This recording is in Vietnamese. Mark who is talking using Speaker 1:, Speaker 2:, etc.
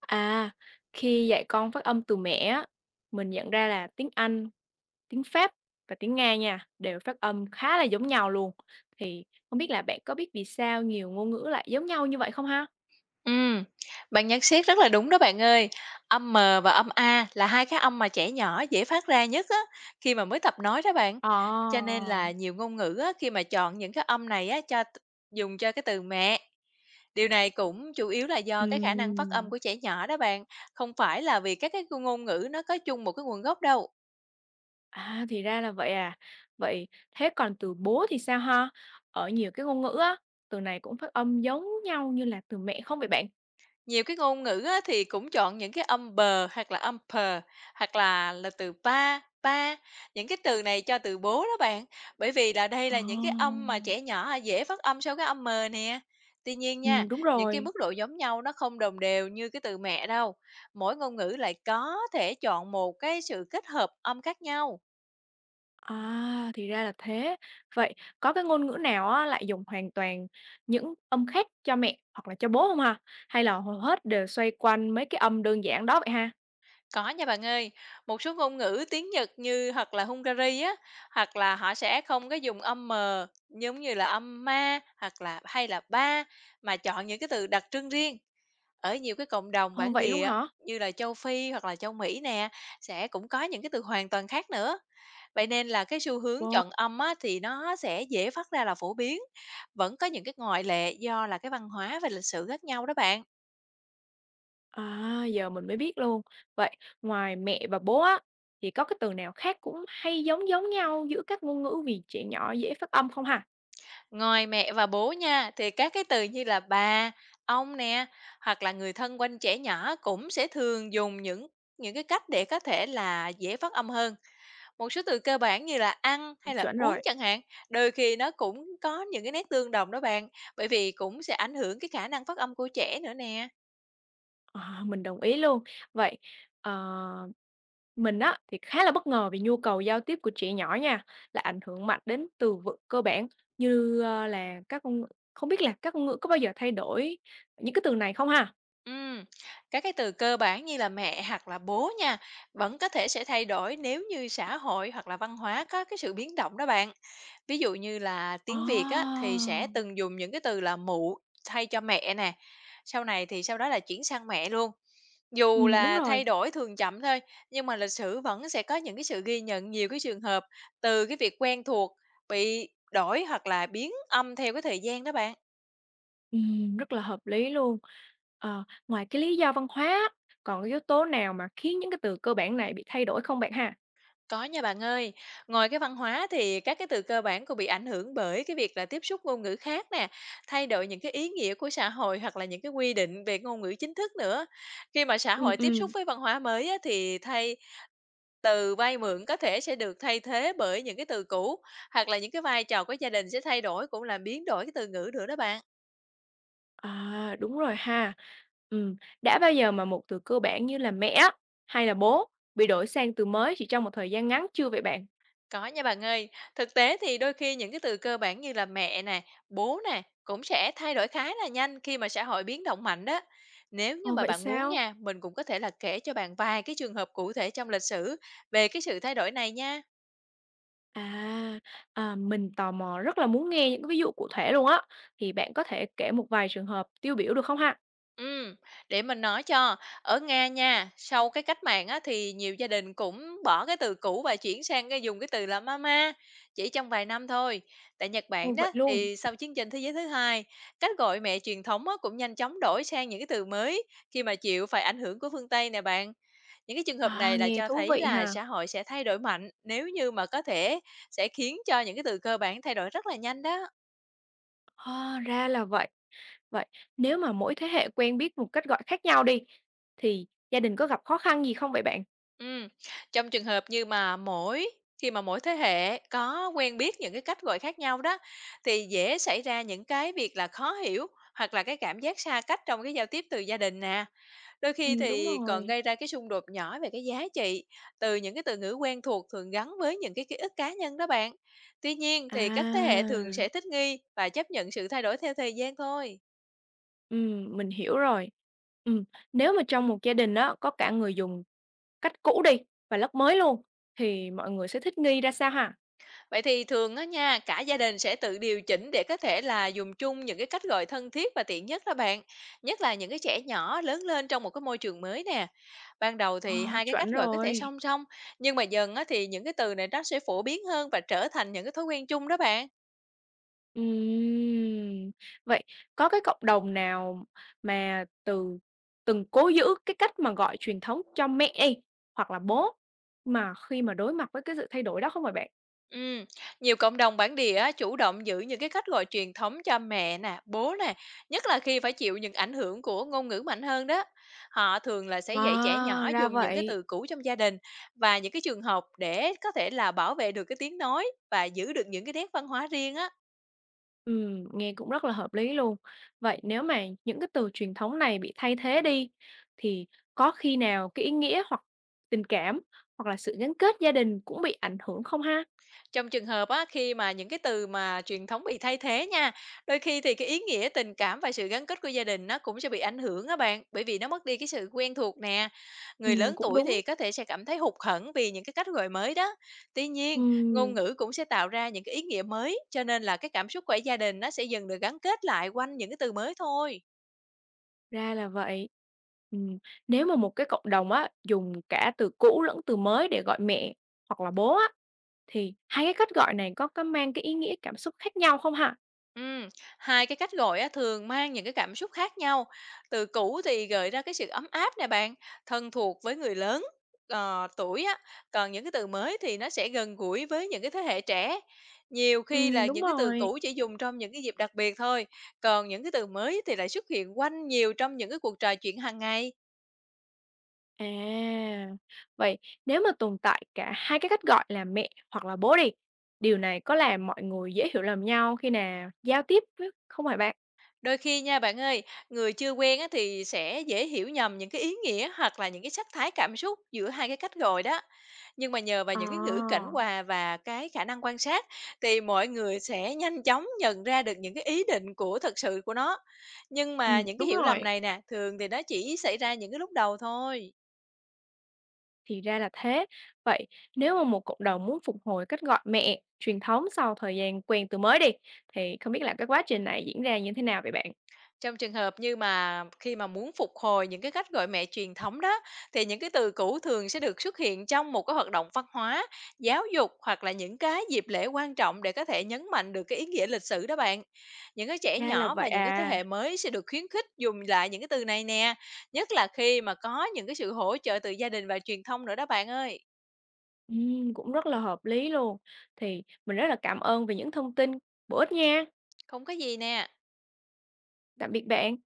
Speaker 1: À, khi dạy con phát âm từ mẹ á, mình nhận ra là tiếng Anh, tiếng Pháp và tiếng Nga nha, đều phát âm khá là giống nhau luôn. Thì không biết là bạn có biết vì sao nhiều ngôn ngữ lại giống nhau như vậy không ha?
Speaker 2: Ừm, bạn nhận xét rất là đúng đó bạn ơi. Âm M và âm A là hai cái âm mà trẻ nhỏ dễ phát ra nhất á, khi mà mới tập nói đó bạn. Cho
Speaker 1: Ồ.
Speaker 2: nên là nhiều ngôn ngữ á, khi mà chọn những cái âm này á, cho dùng cho cái từ mẹ. Điều này cũng chủ yếu là do cái khả năng phát âm
Speaker 1: Ừm,
Speaker 2: của trẻ nhỏ đó bạn, không phải là vì các cái ngôn ngữ nó có chung một cái nguồn gốc đâu.
Speaker 1: à thì ra là vậy à. Vậy thế còn từ bố thì sao ha? Ở nhiều cái ngôn ngữ á, từ này cũng phát âm giống nhau như là từ mẹ không vậy bạn?
Speaker 2: Nhiều cái ngôn ngữ á, thì cũng chọn những cái âm bờ hoặc là âm pờ hoặc là từ pa, pa, những cái từ này cho từ bố đó bạn. Bởi vì là đây là những cái âm
Speaker 1: Ồ.
Speaker 2: mà trẻ nhỏ dễ phát âm sau cái âm mờ nè. Tuy nhiên nha,
Speaker 1: Ừ, đúng
Speaker 2: những cái
Speaker 1: rồi.
Speaker 2: mức độ giống nhau nó không đồng đều như cái từ mẹ đâu. Mỗi ngôn ngữ lại có thể chọn một cái sự kết hợp âm khác nhau.
Speaker 1: À, thì ra là thế. Vậy có cái ngôn ngữ nào á lại dùng hoàn toàn những âm khác cho mẹ hoặc là cho bố không hả? Hay là hầu hết đều xoay quanh mấy cái âm đơn giản đó vậy ha?
Speaker 2: Có nha bạn ơi, một số ngôn ngữ tiếng Nhật như hoặc là Hungary á, hoặc là họ sẽ không có dùng âm mờ giống như là âm ma hoặc là hay là ba mà chọn những cái từ đặc trưng riêng. Ở nhiều cái cộng đồng
Speaker 1: Ồ,
Speaker 2: bản
Speaker 1: vậy luôn
Speaker 2: địa
Speaker 1: hả?
Speaker 2: như là châu Phi hoặc là châu Mỹ nè sẽ cũng có những cái từ hoàn toàn khác nữa. Vậy nên là cái xu hướng
Speaker 1: Wow,
Speaker 2: chọn âm á, thì nó sẽ dễ phát ra là phổ biến. Vẫn có những cái ngoại lệ do là cái văn hóa và lịch sử khác nhau đó bạn.
Speaker 1: à, giờ mình mới biết luôn. Vậy ngoài mẹ và bố á, thì có cái từ nào khác cũng hay giống giống nhau giữa các ngôn ngữ vì trẻ nhỏ dễ phát âm không hả?
Speaker 2: Ngoài mẹ và bố nha, thì các cái từ như là bà, ông nè, hoặc là người thân quanh trẻ nhỏ cũng sẽ thường dùng những cái cách để có thể là dễ phát âm hơn. Một số từ cơ bản như là ăn hay là
Speaker 1: Chuẩn
Speaker 2: uống
Speaker 1: rồi.
Speaker 2: chẳng hạn, đôi khi nó cũng có những cái nét tương đồng đó bạn, bởi vì cũng sẽ ảnh hưởng cái khả năng phát âm của trẻ nữa nè.
Speaker 1: Ờ, mình đồng ý luôn. Vậy, ờ, mình á thì khá là bất ngờ vì nhu cầu giao tiếp của trẻ nhỏ nha, là ảnh hưởng mạnh đến từ vựng cơ bản như, là các ngôn ngữ không biết là các ngôn ngữ có bao giờ thay đổi những cái từ này không ha?
Speaker 2: Ừm, Các cái từ cơ bản như là mẹ hoặc là bố nha, vẫn có thể sẽ thay đổi nếu như xã hội hoặc là văn hóa có cái sự biến động đó bạn. Ví dụ như là tiếng Việt á,
Speaker 1: Ồ!
Speaker 2: thì sẽ từng dùng những cái từ là mụ thay cho mẹ nè, sau này thì sau đó là chuyển sang mẹ luôn. Dù
Speaker 1: Đúng
Speaker 2: là
Speaker 1: rồi,
Speaker 2: thay đổi thường chậm thôi, nhưng mà lịch sử vẫn sẽ có những cái sự ghi nhận nhiều cái trường hợp từ cái việc quen thuộc bị đổi hoặc là biến âm theo cái thời gian đó bạn.
Speaker 1: rất là hợp lý luôn. Ờ, ngoài cái lý do văn hóa còn cái yếu tố nào mà khiến những cái từ cơ bản này bị thay đổi không bạn ha?
Speaker 2: Có nha bạn ơi, ngoài cái văn hóa thì các cái từ cơ bản cũng bị ảnh hưởng bởi cái việc là tiếp xúc ngôn ngữ khác nè, thay đổi những cái ý nghĩa của xã hội hoặc là những cái quy định về ngôn ngữ chính thức nữa. Khi mà xã
Speaker 1: Ừ
Speaker 2: hội tiếp xúc
Speaker 1: ừ.
Speaker 2: với văn hóa mới á, thì thay từ vay mượn có thể sẽ được thay thế bởi những cái từ cũ hoặc là những cái vai trò của gia đình sẽ thay đổi cũng làm biến đổi cái từ ngữ nữa đó bạn.
Speaker 1: À, đúng rồi ha. Ừm, đã bao giờ mà một từ cơ bản như là mẹ hay là bố bị đổi sang từ mới chỉ trong một thời gian ngắn chưa vậy bạn?
Speaker 2: Có nha bạn ơi, thực tế thì đôi khi những cái từ cơ bản như là mẹ nè, bố nè cũng sẽ thay đổi khá là nhanh khi mà xã hội biến động mạnh đó. Nếu như
Speaker 1: Ồ,
Speaker 2: mà
Speaker 1: vậy
Speaker 2: bạn muốn
Speaker 1: sao?
Speaker 2: nha, mình cũng có thể là kể cho bạn vài cái trường hợp cụ thể trong lịch sử về cái sự thay đổi này nha.
Speaker 1: À, à, mình tò mò rất là muốn nghe những cái ví dụ cụ thể luôn á. Thì bạn có thể kể một vài trường hợp tiêu biểu được không ha?
Speaker 2: Ừm, để mình nói cho, ở Nga nha, sau cái cách mạng á, thì nhiều gia đình cũng bỏ cái từ cũ và chuyển sang cái dùng cái từ là mama chỉ trong vài năm thôi. Tại Nhật Bản
Speaker 1: Ồ, vậy
Speaker 2: đó
Speaker 1: luôn.
Speaker 2: thì sau chiến tranh thế giới thứ hai, cách gọi mẹ truyền thống á, cũng nhanh chóng đổi sang những cái từ mới khi mà chịu phải ảnh hưởng của phương Tây nè bạn. Những cái trường hợp
Speaker 1: À,
Speaker 2: này là
Speaker 1: nghe
Speaker 2: cho
Speaker 1: thú
Speaker 2: thấy
Speaker 1: vị
Speaker 2: là
Speaker 1: ha.
Speaker 2: xã hội sẽ thay đổi mạnh nếu như mà có thể sẽ khiến cho những cái từ cơ bản thay đổi rất là nhanh đó.
Speaker 1: À, ra là vậy. Vậy nếu mà mỗi thế hệ quen biết một cách gọi khác nhau đi, thì gia đình có gặp khó khăn gì không vậy bạn?
Speaker 2: Ừm, trong trường hợp như mà khi mà mỗi thế hệ có quen biết những cái cách gọi khác nhau đó, thì dễ xảy ra những cái việc là khó hiểu hoặc là cái cảm giác xa cách trong cái giao tiếp từ gia đình nè. Đôi khi
Speaker 1: Ừ, đúng
Speaker 2: thì còn
Speaker 1: rồi.
Speaker 2: gây ra cái xung đột nhỏ về cái giá trị từ những cái từ ngữ quen thuộc thường gắn với những cái ký ức cá nhân đó bạn. Tuy nhiên thì các thế hệ thường
Speaker 1: À.
Speaker 2: sẽ thích nghi và chấp nhận sự thay đổi theo thời gian thôi.
Speaker 1: Mình hiểu rồi. Ừm, nếu mà trong một gia đình đó có cả người dùng cách cũ đi và lắp mới luôn, thì mọi người sẽ thích nghi ra sao ha?
Speaker 2: Vậy thì thường á nha, cả gia đình sẽ tự điều chỉnh để có thể là dùng chung những cái cách gọi thân thiết và tiện nhất đó bạn. Nhất là những cái trẻ nhỏ lớn lên trong một cái môi trường mới nè. Ban đầu thì
Speaker 1: Ờ,
Speaker 2: hai cái cách
Speaker 1: chuẩn
Speaker 2: gọi có thể
Speaker 1: rồi.
Speaker 2: song song, nhưng mà dần á thì những cái từ này nó sẽ phổ biến hơn và trở thành những cái thói quen chung đó bạn.
Speaker 1: Ừm, vậy có cái cộng đồng nào mà từng cố giữ cái cách mà gọi truyền thống cho mẹ đi, hoặc là bố, mà khi mà đối mặt với cái sự thay đổi đó không hả bạn?
Speaker 2: Ừm, nhiều cộng đồng bản địa á, chủ động giữ những cái cách gọi truyền thống cho mẹ nè, bố nè, nhất là khi phải chịu những ảnh hưởng của ngôn ngữ mạnh hơn đó. Họ thường là sẽ dạy trẻ
Speaker 1: À,
Speaker 2: nhỏ
Speaker 1: ra
Speaker 2: dùng những cái
Speaker 1: vậy.
Speaker 2: từ cũ trong gia đình và những cái trường học để có thể là bảo vệ được cái tiếng nói và giữ được những cái nét văn hóa riêng á.
Speaker 1: Nghe cũng rất là hợp lý luôn. Vậy nếu mà những cái từ truyền thống này bị thay thế đi, thì có khi nào cái ý nghĩa hoặc tình cảm, hoặc là sự gắn kết gia đình cũng bị ảnh hưởng không ha?
Speaker 2: Trong trường hợp á, khi mà những cái từ mà truyền thống bị thay thế nha, đôi khi thì cái ý nghĩa tình cảm và sự gắn kết của gia đình nó cũng sẽ bị ảnh hưởng á bạn, bởi vì nó mất đi cái sự quen thuộc nè. Người lớn
Speaker 1: Cũng
Speaker 2: tuổi
Speaker 1: đúng.
Speaker 2: thì có thể sẽ cảm thấy hụt hẫng vì những cái cách gọi mới đó. Tuy nhiên, ngôn
Speaker 1: Ừm,
Speaker 2: ngữ cũng sẽ tạo ra những cái ý nghĩa mới, cho nên là cái cảm xúc của gia đình nó sẽ dần được gắn kết lại quanh những cái từ mới thôi.
Speaker 1: ra là vậy. Ừm, nếu mà một cái cộng đồng á, dùng cả từ cũ lẫn từ mới để gọi mẹ hoặc là bố á, thì hai cái cách gọi này có mang cái ý nghĩa cảm xúc khác nhau không hả?
Speaker 2: Ừm, hai cái cách gọi á, thường mang những cái cảm xúc khác nhau. Từ cũ thì gợi ra cái sự ấm áp nè bạn, thân thuộc với người lớn tuổi á, còn những cái từ mới thì nó sẽ gần gũi với những cái thế hệ trẻ. Nhiều khi là
Speaker 1: Đúng
Speaker 2: những cái từ
Speaker 1: rồi.
Speaker 2: cũ chỉ dùng trong những cái dịp đặc biệt thôi, còn những cái từ mới thì lại xuất hiện quanh nhiều trong những cái cuộc trò chuyện hàng ngày.
Speaker 1: À, vậy nếu mà tồn tại cả hai cái cách gọi là mẹ hoặc là bố đi, điều này có làm mọi người dễ hiểu lầm nhau khi nào giao tiếp với không phải bạn?
Speaker 2: Đôi khi nha bạn ơi, người chưa quen á, thì sẽ dễ hiểu nhầm những cái ý nghĩa hoặc là những cái sắc thái cảm xúc giữa hai cái cách gọi đó. Nhưng mà nhờ vào những cái ngữ cảnh
Speaker 1: À,
Speaker 2: quà và cái khả năng quan sát thì mọi người sẽ nhanh chóng nhận ra được những cái ý định của thật sự của nó. Nhưng mà
Speaker 1: ừ,
Speaker 2: những cái
Speaker 1: đúng
Speaker 2: hiểu lầm
Speaker 1: rồi,
Speaker 2: này nè, thường thì nó chỉ xảy ra những cái lúc đầu thôi.
Speaker 1: thì ra là thế. Vậy nếu mà một cộng đồng muốn phục hồi cách gọi mẹ truyền thống sau thời gian quen từ mới đi, thì không biết là cái quá trình này diễn ra như thế nào vậy bạn?
Speaker 2: Trong trường hợp như mà khi mà muốn phục hồi những cái cách gọi mẹ truyền thống đó, thì những cái từ cũ thường sẽ được xuất hiện trong một cái hoạt động văn hóa, giáo dục hoặc là những cái dịp lễ quan trọng để có thể nhấn mạnh được cái ý nghĩa lịch sử đó bạn. Những cái trẻ
Speaker 1: Ra là
Speaker 2: nhỏ
Speaker 1: vậy
Speaker 2: và những cái thế
Speaker 1: à,
Speaker 2: hệ mới sẽ được khuyến khích dùng lại những cái từ này nè, nhất là khi mà có những cái sự hỗ trợ từ gia đình và truyền thông nữa đó bạn ơi.
Speaker 1: ừ, cũng rất là hợp lý luôn. Thì mình rất là cảm ơn về những thông tin bổ ích nha.
Speaker 2: Không có gì nè.
Speaker 1: Tạm biệt bạn.